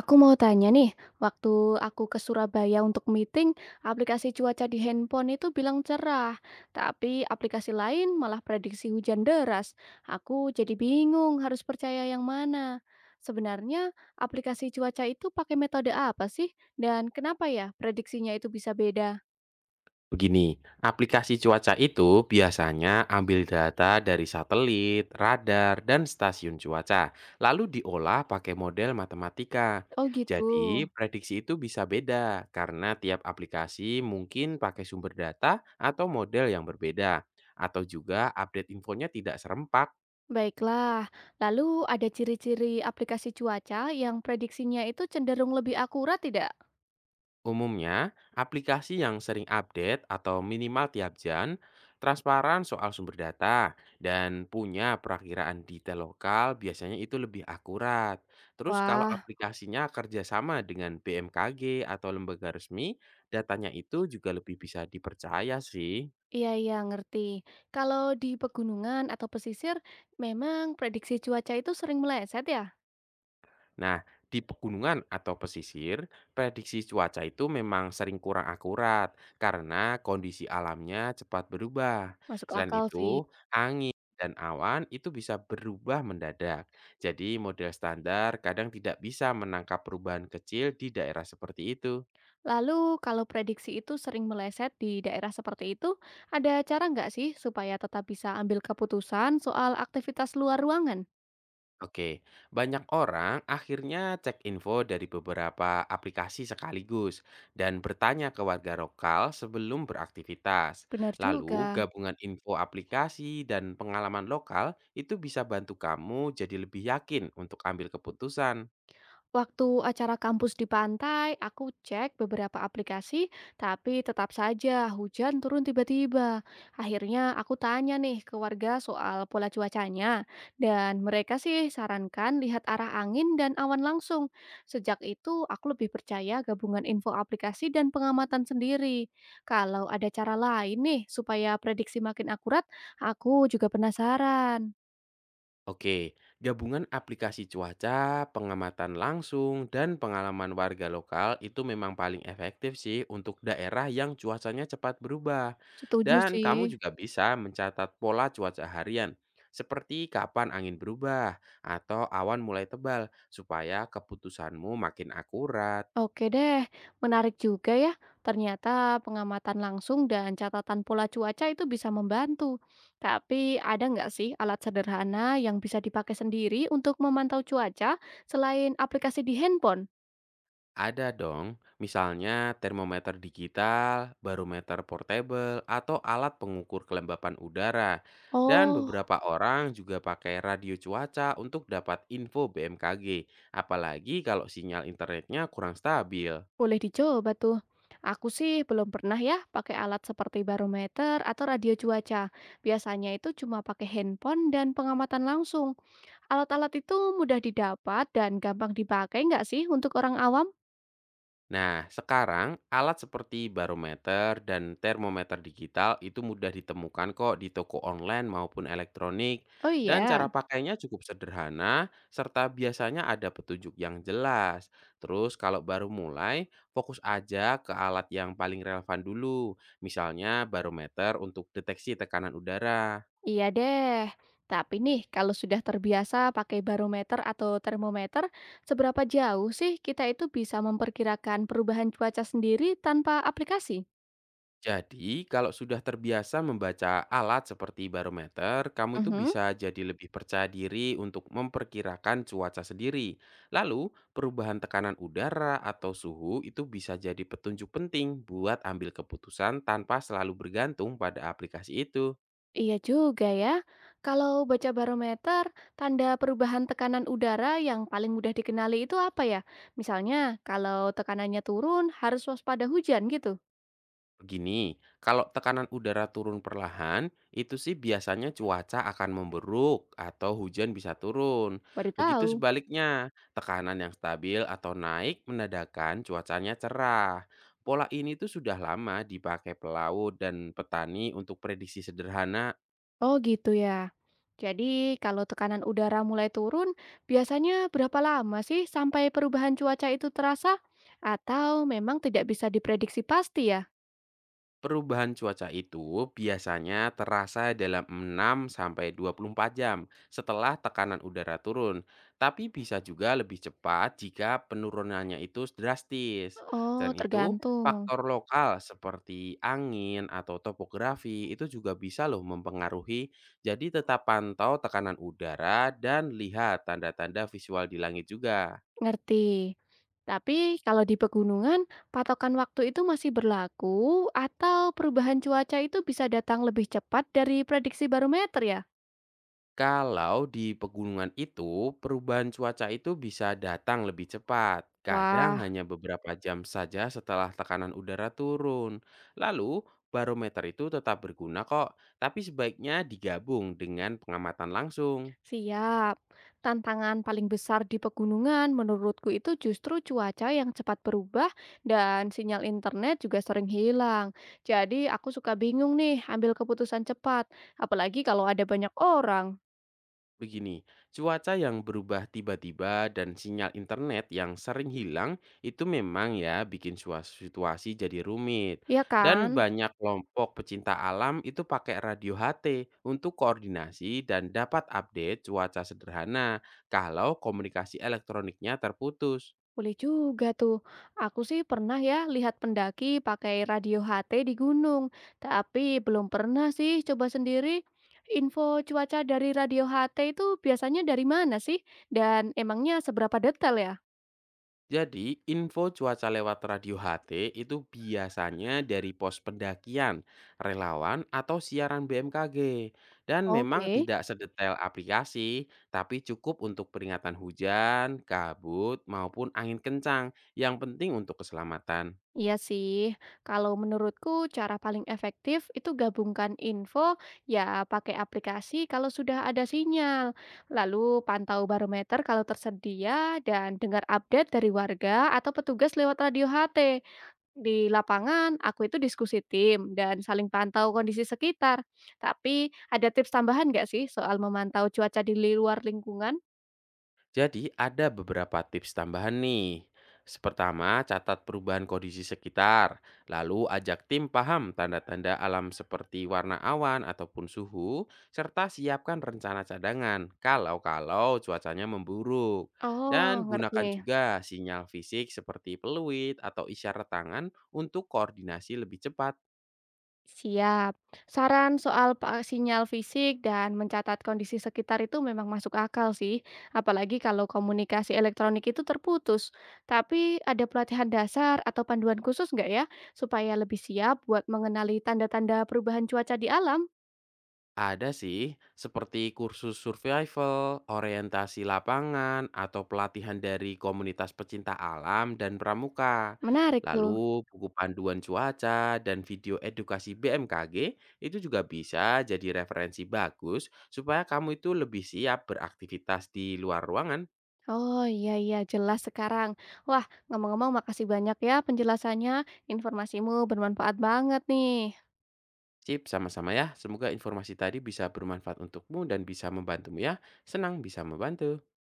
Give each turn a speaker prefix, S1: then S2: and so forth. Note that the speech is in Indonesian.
S1: Aku mau tanya nih, waktu aku ke Surabaya untuk meeting, aplikasi cuaca di handphone itu bilang cerah, tapi aplikasi lain malah prediksi hujan deras. Aku jadi bingung harus percaya yang mana. Sebenarnya aplikasi cuaca itu pakai metode apa sih? Dan kenapa ya prediksinya itu bisa beda?
S2: Begini, aplikasi cuaca itu biasanya ambil data dari satelit, radar, dan stasiun cuaca, lalu diolah pakai model matematika.
S1: Oh gitu.
S2: Jadi, prediksi itu bisa beda karena tiap aplikasi mungkin pakai sumber data atau model yang berbeda, atau juga update infonya tidak serempak.
S1: Baiklah, lalu ada ciri-ciri aplikasi cuaca yang prediksinya itu cenderung lebih akurat tidak?
S2: Umumnya, aplikasi yang sering update atau minimal tiap jam, transparan soal sumber data, dan punya perakiraan detail lokal biasanya itu lebih akurat. Terus kalau
S1: Wah.
S2: aplikasinya kerjasama dengan BMKG atau lembaga resmi, datanya itu juga lebih bisa dipercaya sih.
S1: Iya iya, ngerti. Kalau di pegunungan atau pesisir, memang prediksi cuaca itu sering meleset ya?
S2: Nah, di pegunungan atau pesisir, prediksi cuaca itu memang sering kurang akurat karena kondisi alamnya cepat berubah.
S1: Masuk
S2: Selain
S1: akal sih.
S2: itu, angin dan awan itu bisa berubah mendadak. Jadi, model standar kadang tidak bisa menangkap perubahan kecil di daerah seperti itu.
S1: Lalu kalau prediksi itu sering meleset di daerah seperti itu, ada cara nggak sih supaya tetap bisa ambil keputusan soal aktivitas luar ruangan?
S2: Oke, banyak orang akhirnya cek info dari beberapa aplikasi sekaligus dan bertanya ke warga lokal sebelum beraktivitas.
S1: Benar
S2: Lalu,
S1: juga.
S2: gabungan info aplikasi dan pengalaman lokal itu bisa bantu kamu jadi lebih yakin untuk ambil keputusan.
S1: Waktu acara kampus di pantai, aku cek beberapa aplikasi, tapi tetap saja hujan turun tiba-tiba. Akhirnya aku tanya nih ke warga soal pola cuacanya, dan mereka sih sarankan lihat arah angin dan awan langsung. Sejak itu, aku lebih percaya gabungan info aplikasi dan pengamatan sendiri. Kalau ada cara lain nih supaya prediksi makin akurat, aku juga penasaran.
S2: Oke, gabungan aplikasi cuaca, pengamatan langsung, dan pengalaman warga lokal itu memang paling efektif sih untuk daerah yang cuacanya cepat berubah.
S1: Setuju
S2: Dan
S1: sih.
S2: kamu juga bisa mencatat pola cuaca harian, seperti kapan angin berubah atau awan mulai tebal, supaya keputusanmu makin akurat.
S1: Oke deh, menarik juga ya. Ternyata pengamatan langsung dan catatan pola cuaca itu bisa membantu. Tapi ada nggak sih alat sederhana yang bisa dipakai sendiri untuk memantau cuaca selain aplikasi di handphone?
S2: Ada dong, misalnya termometer digital, barometer portable, atau alat pengukur kelembapan udara. Dan
S1: Oh,
S2: beberapa orang juga pakai radio cuaca untuk dapat info BMKG, apalagi kalau sinyal internetnya kurang stabil.
S1: boleh dicoba tuh. Aku sih belum pernah ya pakai alat seperti barometer atau radio cuaca. Biasanya itu cuma pakai handphone dan pengamatan langsung. Alat-alat itu mudah didapat dan gampang dipakai nggak sih untuk orang awam?
S2: Nah, sekarang alat seperti barometer dan termometer digital itu mudah ditemukan kok di toko online maupun elektronik.
S1: Oh
S2: Dan
S1: iya.
S2: cara pakainya cukup sederhana, serta biasanya ada petunjuk yang jelas. Terus kalau baru mulai, fokus aja ke alat yang paling relevan dulu. Misalnya barometer untuk deteksi tekanan udara.
S1: Iya deh, tapi nih kalau sudah terbiasa pakai barometer atau termometer, seberapa jauh sih kita itu bisa memperkirakan perubahan cuaca sendiri tanpa aplikasi?
S2: Jadi, kalau sudah terbiasa membaca alat seperti barometer, kamu itu
S1: Mhm.
S2: bisa jadi lebih percaya diri untuk memperkirakan cuaca sendiri. Lalu, perubahan tekanan udara atau suhu itu bisa jadi petunjuk penting buat ambil keputusan tanpa selalu bergantung pada aplikasi itu.
S1: Iya juga ya. Kalau baca barometer, tanda perubahan tekanan udara yang paling mudah dikenali itu apa ya? Misalnya, kalau tekanannya turun, harus waspada hujan gitu.
S2: Begini, kalau tekanan udara turun perlahan, itu sih biasanya cuaca akan memburuk atau hujan bisa turun.
S1: Baru
S2: Begitu
S1: tahu.
S2: sebaliknya, tekanan yang stabil atau naik menandakan cuacanya cerah. Pola ini tuh sudah lama dipakai pelaut dan petani untuk prediksi sederhana.
S1: Oh gitu ya. Jadi kalau tekanan udara mulai turun, biasanya berapa lama sih sampai perubahan cuaca itu terasa? Atau memang tidak bisa diprediksi pasti ya?
S2: Perubahan cuaca itu biasanya terasa dalam 6 sampai 24 jam setelah tekanan udara turun, tapi bisa juga lebih cepat jika penurunannya itu drastis.
S1: Oh,
S2: Dan itu
S1: tergantung.
S2: faktor lokal seperti angin atau topografi itu juga bisa loh mempengaruhi. Jadi tetap pantau tekanan udara dan lihat tanda-tanda visual di langit juga.
S1: Ngerti. Tapi kalau di pegunungan, patokan waktu itu masih berlaku atau perubahan cuaca itu bisa datang lebih cepat dari prediksi barometer ya?
S2: Kalau di pegunungan itu, perubahan cuaca itu bisa datang lebih cepat. Kadang
S1: Wah.
S2: hanya beberapa jam saja setelah tekanan udara turun. Lalu, barometer itu tetap berguna kok, tapi sebaiknya digabung dengan pengamatan langsung.
S1: Siap. Tantangan paling besar di pegunungan menurutku itu justru cuaca yang cepat berubah dan sinyal internet juga sering hilang. Jadi aku suka bingung nih ambil keputusan cepat, apalagi kalau ada banyak orang.
S2: Begini, cuaca yang berubah tiba-tiba dan sinyal internet yang sering hilang itu memang ya bikin situasi jadi rumit.
S1: Iya
S2: Dan
S1: kan?
S2: banyak kelompok pecinta alam itu pakai radio HT untuk koordinasi dan dapat update cuaca sederhana kalau komunikasi elektroniknya terputus.
S1: Boleh juga tuh. Aku sih pernah ya lihat pendaki pakai radio HT di gunung, tapi belum pernah sih coba sendiri. Info cuaca dari radio HT itu biasanya dari mana sih? Dan emangnya seberapa detail ya?
S2: Jadi, info cuaca lewat radio HT itu biasanya dari pos pendakian, relawan, atau siaran BMKG. Dan memang
S1: Oke,
S2: tidak sedetail aplikasi, tapi cukup untuk peringatan hujan, kabut, maupun angin kencang. Yang penting untuk keselamatan.
S1: iya sih. Kalau menurutku cara paling efektif itu gabungkan info ya pakai aplikasi kalau sudah ada sinyal. Lalu pantau barometer kalau tersedia dan dengar update dari warga atau petugas lewat radio HT. Di lapangan aku itu diskusi tim dan saling pantau kondisi sekitar. Tapi ada tips tambahan nggak sih soal memantau cuaca di luar lingkungan?
S2: Jadi ada beberapa tips tambahan nih. Pertama, catat perubahan kondisi sekitar. Lalu ajak tim paham tanda-tanda alam seperti warna awan ataupun suhu, serta siapkan rencana cadangan kalau-kalau cuacanya memburuk.
S1: Oh,
S2: Dan gunakan
S1: ngerti.
S2: juga sinyal fisik seperti peluit atau isyarat tangan untuk koordinasi lebih cepat.
S1: Siap. Saran soal sinyal fisik dan mencatat kondisi sekitar itu memang masuk akal sih, apalagi kalau komunikasi elektronik itu terputus. Tapi ada pelatihan dasar atau panduan khusus nggak ya, supaya lebih siap buat mengenali tanda-tanda perubahan cuaca di alam?
S2: Ada sih, seperti kursus survival, orientasi lapangan, atau pelatihan dari komunitas pecinta alam dan pramuka.
S1: Menarik tuh.
S2: Lalu, buku panduan cuaca dan video edukasi BMKG itu juga bisa jadi referensi bagus supaya kamu itu lebih siap beraktivitas di luar ruangan.
S1: Oh iya iya jelas sekarang. Wah, ngomong-ngomong makasih banyak ya penjelasannya. Informasimu bermanfaat banget nih.
S2: Sip, sama-sama ya. Semoga informasi tadi bisa bermanfaat untukmu dan bisa membantumu ya. Senang bisa membantu.